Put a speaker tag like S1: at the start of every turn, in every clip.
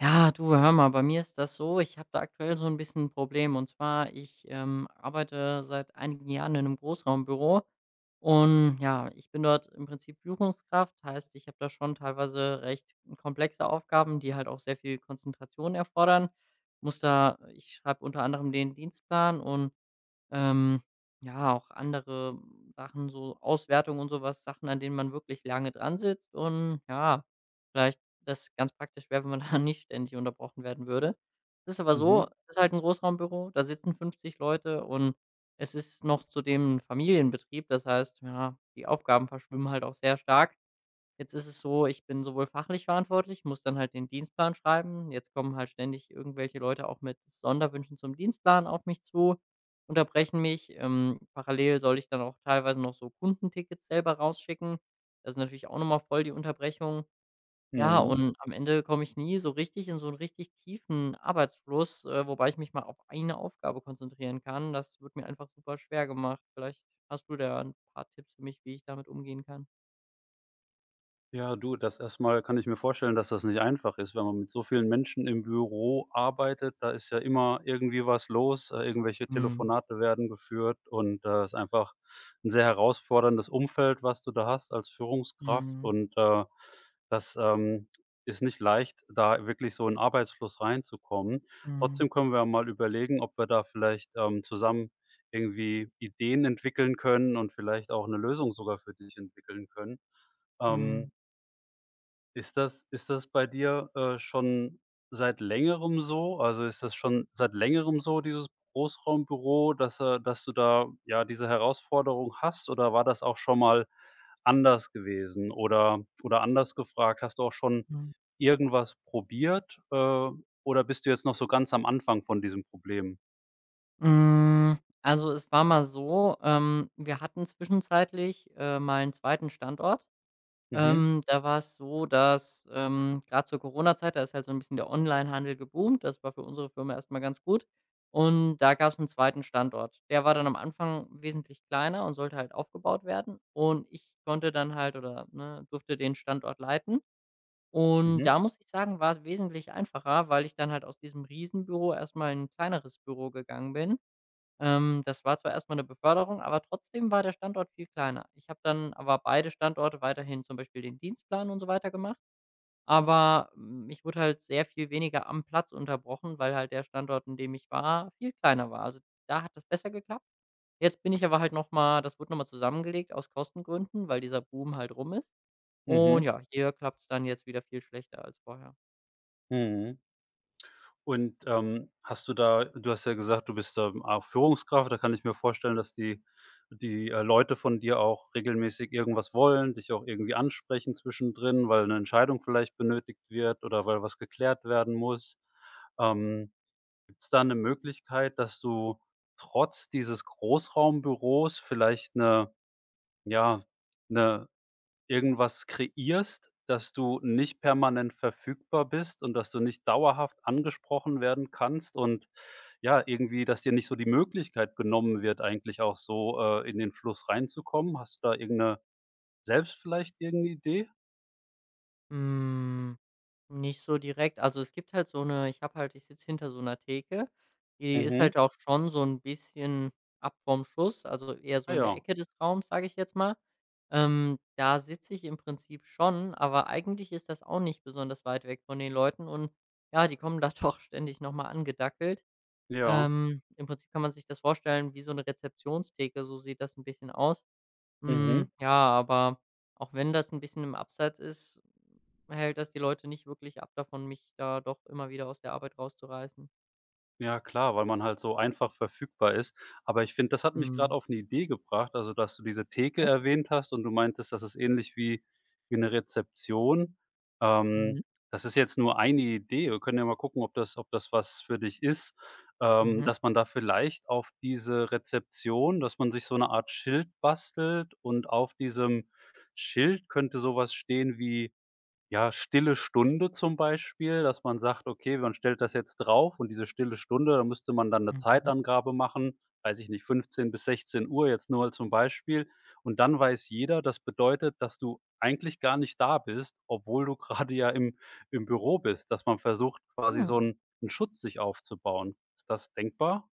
S1: Ja, du, hör mal, bei mir ist das so, ich habe da aktuell so ein bisschen ein Problem. Und zwar, ich arbeite seit einigen Jahren in einem Großraumbüro und ja, ich bin dort im Prinzip Führungskraft. Heißt, ich habe da schon teilweise recht komplexe Aufgaben, die halt auch sehr viel Konzentration erfordern. Muss da Ich schreibe unter anderem den Dienstplan und ähm, ja, auch andere Sachen, so Auswertungen und sowas Sachen, an denen man wirklich lange dran sitzt und ja, vielleicht das ganz praktisch wäre, wenn man da nicht ständig unterbrochen werden würde. Es ist aber so,
S2: Mhm,
S1: es ist halt ein Großraumbüro, da sitzen 50 Leute und es ist noch zudem 'n Familienbetrieb. Das heißt, ja, die Aufgaben verschwimmen halt auch sehr stark. Jetzt ist es so, ich bin sowohl fachlich verantwortlich, muss dann halt den Dienstplan schreiben. Jetzt kommen halt ständig irgendwelche Leute auch mit Sonderwünschen zum Dienstplan auf mich zu, unterbrechen mich. Parallel soll ich dann auch teilweise noch so Kundentickets selber rausschicken. Das ist natürlich auch nochmal voll die Unterbrechung. Ja, Mhm.
S2: mhm.
S1: Und am Ende komme ich nie so richtig in so einen richtig tiefen Arbeitsfluss, wobei ich mich mal auf eine Aufgabe konzentrieren kann. Das wird mir einfach super schwer gemacht. Vielleicht hast du da ein paar Tipps für mich, wie ich damit umgehen kann.
S2: Ja, du, das erstmal kann ich mir vorstellen, dass das nicht einfach ist, wenn man mit so vielen Menschen im Büro arbeitet. Da ist ja immer irgendwie was los, irgendwelche
S1: Mhm.
S2: Telefonate werden geführt und ist einfach ein sehr herausforderndes Umfeld, was du da hast als Führungskraft.
S1: Mhm.
S2: Das, ähm, Ist nicht leicht, da wirklich so in 'n Arbeitsfluss reinzukommen.
S1: Mhm.
S2: Trotzdem können wir ja mal überlegen, ob wir da vielleicht, zusammen irgendwie Ideen entwickeln können und vielleicht auch eine Lösung sogar für dich entwickeln können.
S1: Mhm.
S2: Ähm ist das bei dir, schon seit Längerem so? Also, ist das schon seit Längerem so, dieses Großraumbüro, dass du da, ja, diese Herausforderung hast, oder war das auch schon mal anders gewesen? Oder anders gefragt, hast du auch schon
S1: Mhm.
S2: irgendwas probiert, oder bist du jetzt noch so ganz am Anfang von diesem Problem?
S1: Also, es war mal so, wir hatten zwischenzeitlich mal einen zweiten Standort.
S2: Mhm,
S1: Da war es so, dass, grad zur Corona-Zeit, da ist halt so ein bisschen der Online-Handel geboomt. Das war für unsere Firma erst mal ganz gut. Und da gab es einen zweiten Standort. Der war dann am Anfang wesentlich kleiner und sollte halt aufgebaut werden. Und ich konnte dann halt oder, ne, durfte den Standort leiten. Und
S2: mhm,
S1: da muss ich sagen, war es wesentlich einfacher, weil ich dann halt aus diesem Riesenbüro erst mal in ein kleineres Büro gegangen bin. Das war zwar erst mal 'ne Beförderung, aber trotzdem war der Standort viel kleiner. Ich habe dann aber beide Standorte weiterhin zum Beispiel den Dienstplan und so weiter gemacht, aber, ich wurde halt sehr viel weniger am Platz unterbrochen, weil halt der Standort, in dem ich war, viel kleiner war. Also, da hat das besser geklappt. Jetzt bin ich aber halt noch mal das wurde noch mal zusammengelegt aus Kostengründen, weil dieser Boom halt rum ist. Und
S2: mhm,
S1: ja, hier klappt es dann jetzt wieder viel schlechter als vorher.
S2: mhm. Und, hast du da du hast ja gesagt, du bist, auch Führungskraft, da kann ich mir vorstellen, dass die Leute von dir auch regelmäßig irgendwas wollen, dich auch irgendwie ansprechen zwischendrin, weil eine Entscheidung vielleicht benötigt wird oder weil was geklärt werden muss. Ähm, Gibt es da eine Möglichkeit, dass du trotz dieses Großraumbüros vielleicht eine, ja, 'ne irgendwas kreierst, dass du nicht permanent verfügbar bist und dass du nicht dauerhaft angesprochen werden kannst und ja, irgendwie, dass dir nicht so die Möglichkeit genommen wird, eigentlich auch so, in den Fluss reinzukommen. Hast du da irgendeine selbst vielleicht irgendeine Idee?
S1: Hm, Nicht so direkt. Also, es gibt halt so eine ich habe halt ich sitze hinter so einer Theke, die ist
S2: Mhm.
S1: halt auch schon so ein bisschen ab vom Schuss, also eher so
S2: Ah
S1: in der
S2: ja.
S1: Ecke des Raums, sage ich jetzt mal. Da sitze ich im Prinzip schon, aber eigentlich ist das auch nicht besonders weit weg von den Leuten und ja, die kommen da doch ständig noch mal angedackelt.
S2: Ja.
S1: Im Prinzip kann man sich das vorstellen wie so eine Rezeptionstheke, so sieht das ein bisschen aus.
S2: Mhm.
S1: Ja, aber auch wenn das ein bisschen im Abseits ist, hält das die Leute nicht wirklich ab davon, mich da doch immer wieder aus der Arbeit rauszureißen.
S2: Ja klar, weil man halt so einfach verfügbar ist. Aber ich finde, das hat mich gerade
S1: Mhm.
S2: auf eine Idee gebracht, also, dass du diese Theke
S1: Oh.
S2: erwähnt hast und du meintest, das ist ähnlich wie eine Rezeption. Ähm,
S1: Mhm.
S2: Das ist jetzt nur eine Idee. Wir können ja mal gucken, ob das was für dich ist,
S1: Mhm.
S2: dass man da vielleicht auf diese Rezeption dass man sich so eine Art Schild bastelt, und auf diesem Schild könnte so was stehen wie ja, stille Stunde zum Beispiel, dass man sagt: „Okay, man stellt das jetzt drauf, und diese stille Stunde, da müsste man dann eine
S1: Mhm.
S2: Zeitangabe machen, weiß ich nicht, 15 bis 16 Uhr jetzt nur zum Beispiel. Und dann weiß jeder, das bedeutet, dass du eigentlich gar nicht da bist, obwohl du gerade ja im Büro bist, dass man versucht, quasi so
S1: Hm.
S2: einen 'n Schutz sich aufzubauen. Ist das denkbar?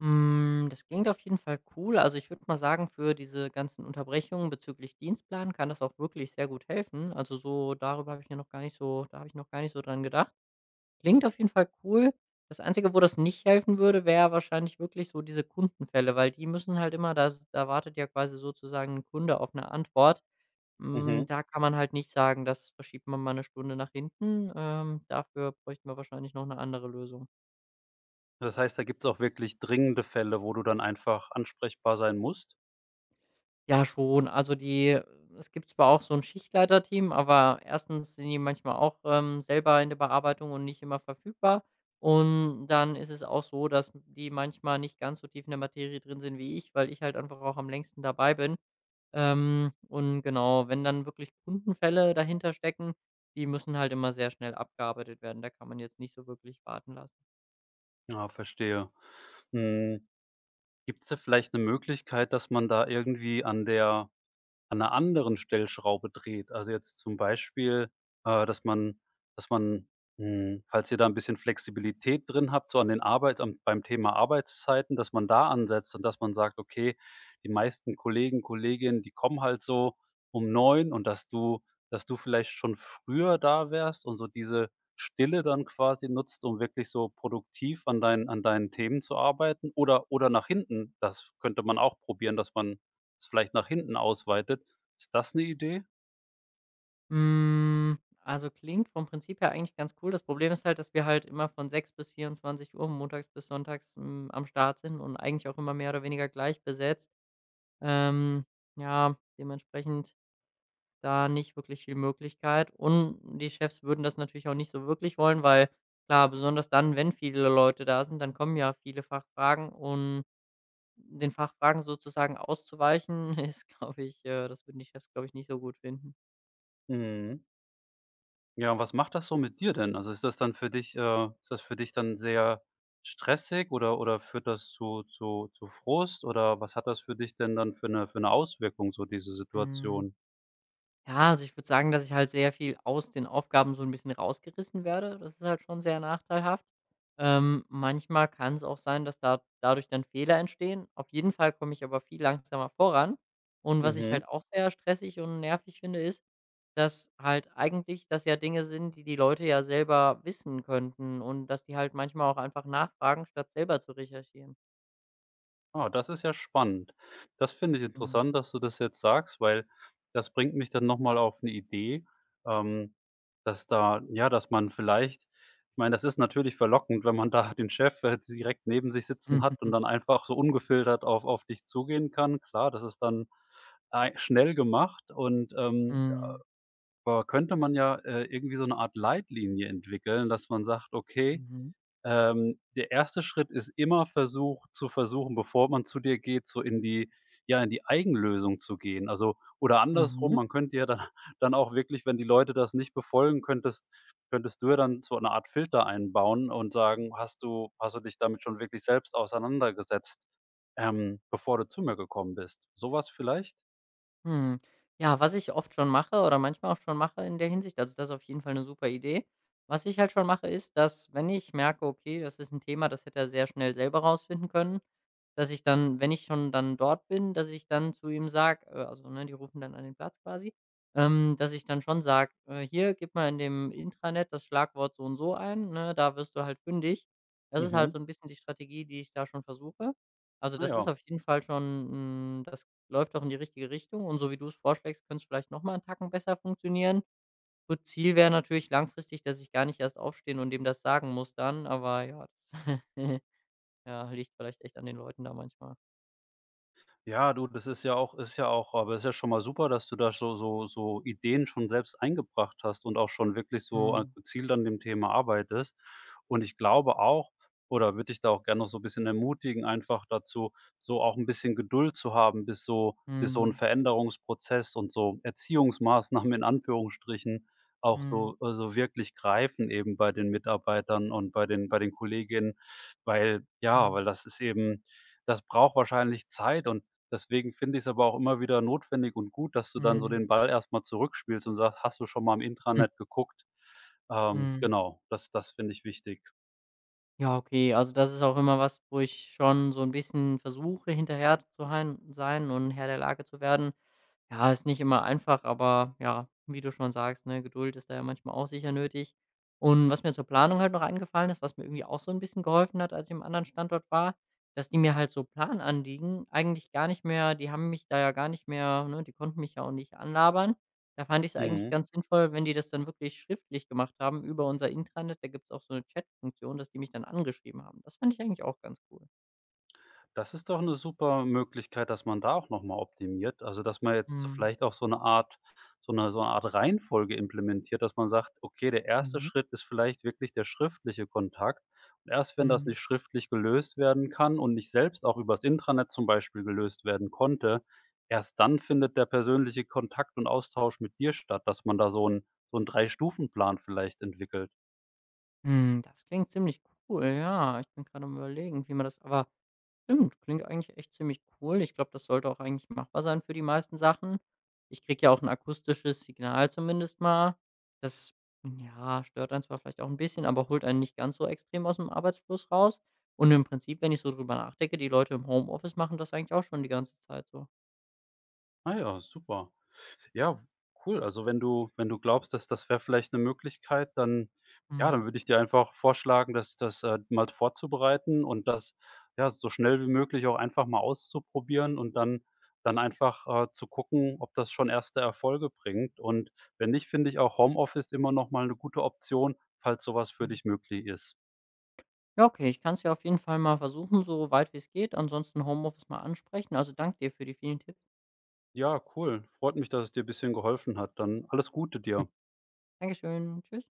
S1: Das klingt auf jeden Fall cool. Also, ich würde mal sagen, für diese ganzen Unterbrechungen bezüglich Dienstplan kann das auch wirklich sehr gut helfen. Also, so darüber habe ich mir noch gar nicht so da habe ich noch gar nicht so dran gedacht. Klingt auf jeden Fall cool. Das Einzige, wo das nicht helfen würde, wäre wahrscheinlich wirklich so diese Kundenfälle, weil die müssen halt immer das da wartet ja quasi sozusagen ein Kunde auf eine Antwort.
S2: Mhm.
S1: Da kann man halt nicht sagen, das verschiebt man mal eine Stunde nach hinten. Dafür bräuchten wir wahrscheinlich noch eine andere Lösung.
S2: Das heißt, da gibt's auch wirklich dringende Fälle, wo du dann einfach ansprechbar sein musst?
S1: Ja, schon. Also, die es gibt zwar auch so 'n Schichtleiterteam, aber erstens sind die manchmal auch, selber in der Bearbeitung und nicht immer verfügbar. Und dann ist es auch so, dass die manchmal nicht ganz so tief in der Materie drin sind wie ich, weil ich halt einfach auch am längsten dabei bin. Und genau, wenn dann wirklich Kundenfälle dahinter stecken, die müssen halt immer sehr schnell abgearbeitet werden. Da kann man jetzt nicht so wirklich warten lassen.
S2: Ja, verstehe. Hm, Gibt's da vielleicht eine Möglichkeit, dass man da irgendwie an der an einer anderen Stellschraube dreht? Also, jetzt zum Beispiel, dass man falls ihr da ein bisschen Flexibilität drin habt, so an den Arbeit am beim Thema Arbeitszeiten, dass man da ansetzt und dass man sagt: „Okay, die meisten Kollegen, Kolleginnen, die kommen halt so um neun, und dass du vielleicht schon früher da wärst und so diese Stille dann quasi nutzt, um wirklich so produktiv an deinen Themen zu arbeiten, oder nach hinten. Das könnte man auch probieren, dass man es vielleicht nach hinten ausweitet. Ist das eine Idee?
S1: Also klingt vom Prinzip her eigentlich ganz cool. Das Problem ist halt, dass wir halt immer von 6 bis 24 Uhr montags bis sonntags, am Start sind und eigentlich auch immer mehr oder weniger gleich besetzt. Ähm, ja, dementsprechend da nicht wirklich viel Möglichkeit und die Chefs würden das natürlich auch nicht so wirklich wollen, weil klar, besonders dann, wenn viele Leute da sind, dann kommen ja viele Fachfragen und den Fachfragen sozusagen auszuweichen ist, glaube ich, das würden die Chefs, glaube ich, nicht so gut finden.
S2: Mhm. Ja, und was macht das so mit dir denn? Also, ist das dann für dich ist das für dich dann sehr stressig, oder führt das zu Frust, oder was hat das für dich denn dann für eine Auswirkung, so diese
S1: Mhm.
S2: Situation?
S1: Ja, also ich würde sagen, dass ich halt sehr viel aus den Aufgaben so ein bisschen rausgerissen werde. Das ist halt schon sehr nachteilhaft. Manchmal kann es auch sein, dass da dadurch dann Fehler entstehen. Auf jeden Fall komme ich aber viel langsamer voran. Und was ich
S2: Mhm.
S1: halt auch sehr stressig und nervig finde, ist, dass halt eigentlich das ja Dinge sind, die die Leute ja selber wissen könnten und dass die halt manchmal auch einfach nachfragen, statt selber zu recherchieren.
S2: Ah, das ist ja spannend. Das finde ich
S1: Mhm.
S2: interessant, dass du das jetzt sagst, weil das bringt mich dann noch mal auf eine Idee, ähm, dass da ja, dass man vielleicht ich meine, das ist natürlich verlockend, wenn man da den Chef, direkt neben sich sitzen hat und dann einfach so ungefiltert auf dich zugehen kann. Klar, das ist dann ei schnell gemacht, und,
S1: Mhm.
S2: aber könnte man ja, irgendwie so eine Art Leitlinie entwickeln, dass man sagt: „Okay“,
S1: Mhm.
S2: der erste Schritt ist immer versuch zu versuchen, bevor man zu dir geht, so in die ja, in die Eigenlösung zu gehen. Also oder andersrum,
S1: Mhm.
S2: man könnte ja dann dann auch wirklich, wenn die Leute das nicht befolgen, könntest du ja dann so eine Art Filter einbauen und sagen: „Hast du dich damit schon wirklich selbst auseinandergesetzt, bevor du zu mir gekommen bist?“ Sowas vielleicht?
S1: Hm. Ja, was ich oft schon mache oder manchmal auch schon mache in der Hinsicht, also das ist auf jeden Fall eine super Idee. Was ich halt schon mache, ist, dass, wenn ich merke, okay, das ist ein Thema, das hätte er sehr schnell selber rausfinden können, dass ich dann, wenn ich schon dann dort bin, dass ich dann zu ihm sage, also, ne, die rufen dann an den Platz quasi, dass ich dann schon sage: hier, gib mal in dem Intranet das Schlagwort so und so ein, ne, da wirst du halt fündig." Das ist halt so
S2: Mhm.
S1: ein bisschen die Strategie, die ich da schon versuche. Also,
S2: Ah
S1: das ist
S2: ja.
S1: auf jeden Fall schon, das läuft doch in die richtige Richtung und so wie du es vorschlägst, könnte es vielleicht noch mal 'n Tacken besser funktionieren. So Ziel wäre natürlich langfristig, dass ich gar nicht erst aufstehen und dem das sagen muss dann, aber ja, das ja, liegt vielleicht echt an den Leuten da manchmal.
S2: Ja, du, das ist ja auch aber ist ja schon mal super, dass du da so Ideen schon selbst eingebracht hast und auch schon wirklich so a
S1: Mhm.
S2: gezielt an dem Thema arbeitest. Und ich glaube auch oder würde ich da auch gerne noch so ein bisschen ermutigen, einfach dazu, so auch ein bisschen Geduld zu haben, bis so ein
S1: Mhm.
S2: Veränderungsprozess und so Erziehungsmaßnahmen in Anführungsstrichen auch
S1: Mhm.
S2: so so wirklich greifen eben bei den Mitarbeitern und bei den Kolleginnen, weil ja, weil
S1: Mhm.
S2: das ist eben das braucht wahrscheinlich Zeit, und deswegen finde ich es aber auch immer wieder notwendig und gut, dass du dann so den Ball erstmal zurückspielst und sagst: „Hast du schon mal im
S1: Mhm.
S2: Intranet geguckt?“
S1: Mhm.
S2: Genau, das finde ich wichtig.
S1: Ja, okay. Also, das ist auch immer was, wo ich schon so ein bisschen versuche, hinterher zu hein sein und Herr der Lage zu werden. Ja, ist nicht immer einfach, aber ja, wie du schon sagst, ne, Geduld ist da ja manchmal auch sicher nötig. Und was mir zur Planung halt noch eingefallen ist, was mir irgendwie auch so ein bisschen geholfen hat, als ich im anderen Standort war, dass die mir halt so Plananliegen eigentlich gar nicht mehr die haben mich da ja gar nicht mehr ne, die konnten mich ja auch nicht anlabern. Da fand ich es eigentlich
S2: Mhm.
S1: ganz sinnvoll, wenn die das dann wirklich schriftlich gemacht haben über unser Intranet. Da gibt's auch so eine Chat-Funktion, dass die mich dann angeschrieben haben. Das fand ich eigentlich auch ganz cool.
S2: Das ist doch eine super Möglichkeit, dass man da auch noch mal optimiert. Also, dass man jetzt
S1: Mhm.
S2: vielleicht auch so eine Art so eine Art Reihenfolge implementiert, dass man sagt: „Okay, der erste
S1: Mhm.
S2: Schritt ist vielleicht wirklich der schriftliche Kontakt. Und erst
S1: Mhm.
S2: wenn das
S1: Mhm.
S2: nicht schriftlich gelöst werden kann und nicht selbst auch übers Intranet zum Beispiel gelöst werden konnte, erst dann findet der persönliche Kontakt und Austausch mit dir statt“, dass man da so 'n 3 Stufenplan vielleicht entwickelt.
S1: Das klingt ziemlich cool, ja. Ich bin gerade am Überlegen, wie man das aber Stimmt, klingt eigentlich echt ziemlich cool. Ich glaube, das sollte auch eigentlich machbar sein für die meisten Sachen. Ich kriege ja auch ein akustisches Signal zumindest mal. Das, ja, stört einen zwar vielleicht auch ein bisschen, aber holt einen nicht ganz so extrem aus dem Arbeitsfluss raus. Und im Prinzip, wenn ich so drüber nachdenke, die Leute im Homeoffice machen das eigentlich auch schon die ganze Zeit so.
S2: Ah ja, super. Ja, cool. Also, wenn du glaubst, dass das wäre vielleicht eine Möglichkeit, dann ja, dann
S1: Mhm.
S2: würde ich dir einfach vorschlagen, das mal vorzubereiten, und das, ja, so schnell wie möglich auch einfach mal auszuprobieren, und dann einfach, zu gucken, ob das schon erste Erfolge bringt. Und wenn nicht, finde ich auch Homeoffice immer noch mal eine gute Option, falls sowas für
S1: Mhm.
S2: dich möglich ist.
S1: Ja, okay, ich kann es ja auf jeden Fall mal versuchen, so weit wie es geht. Ansonsten Homeoffice mal ansprechen. Also, danke dir für die vielen Tipps.
S2: Ja, cool. Freut mich, dass es dir ein bisschen geholfen hat. Dann alles Gute dir.
S1: Dankeschön. Tschüss.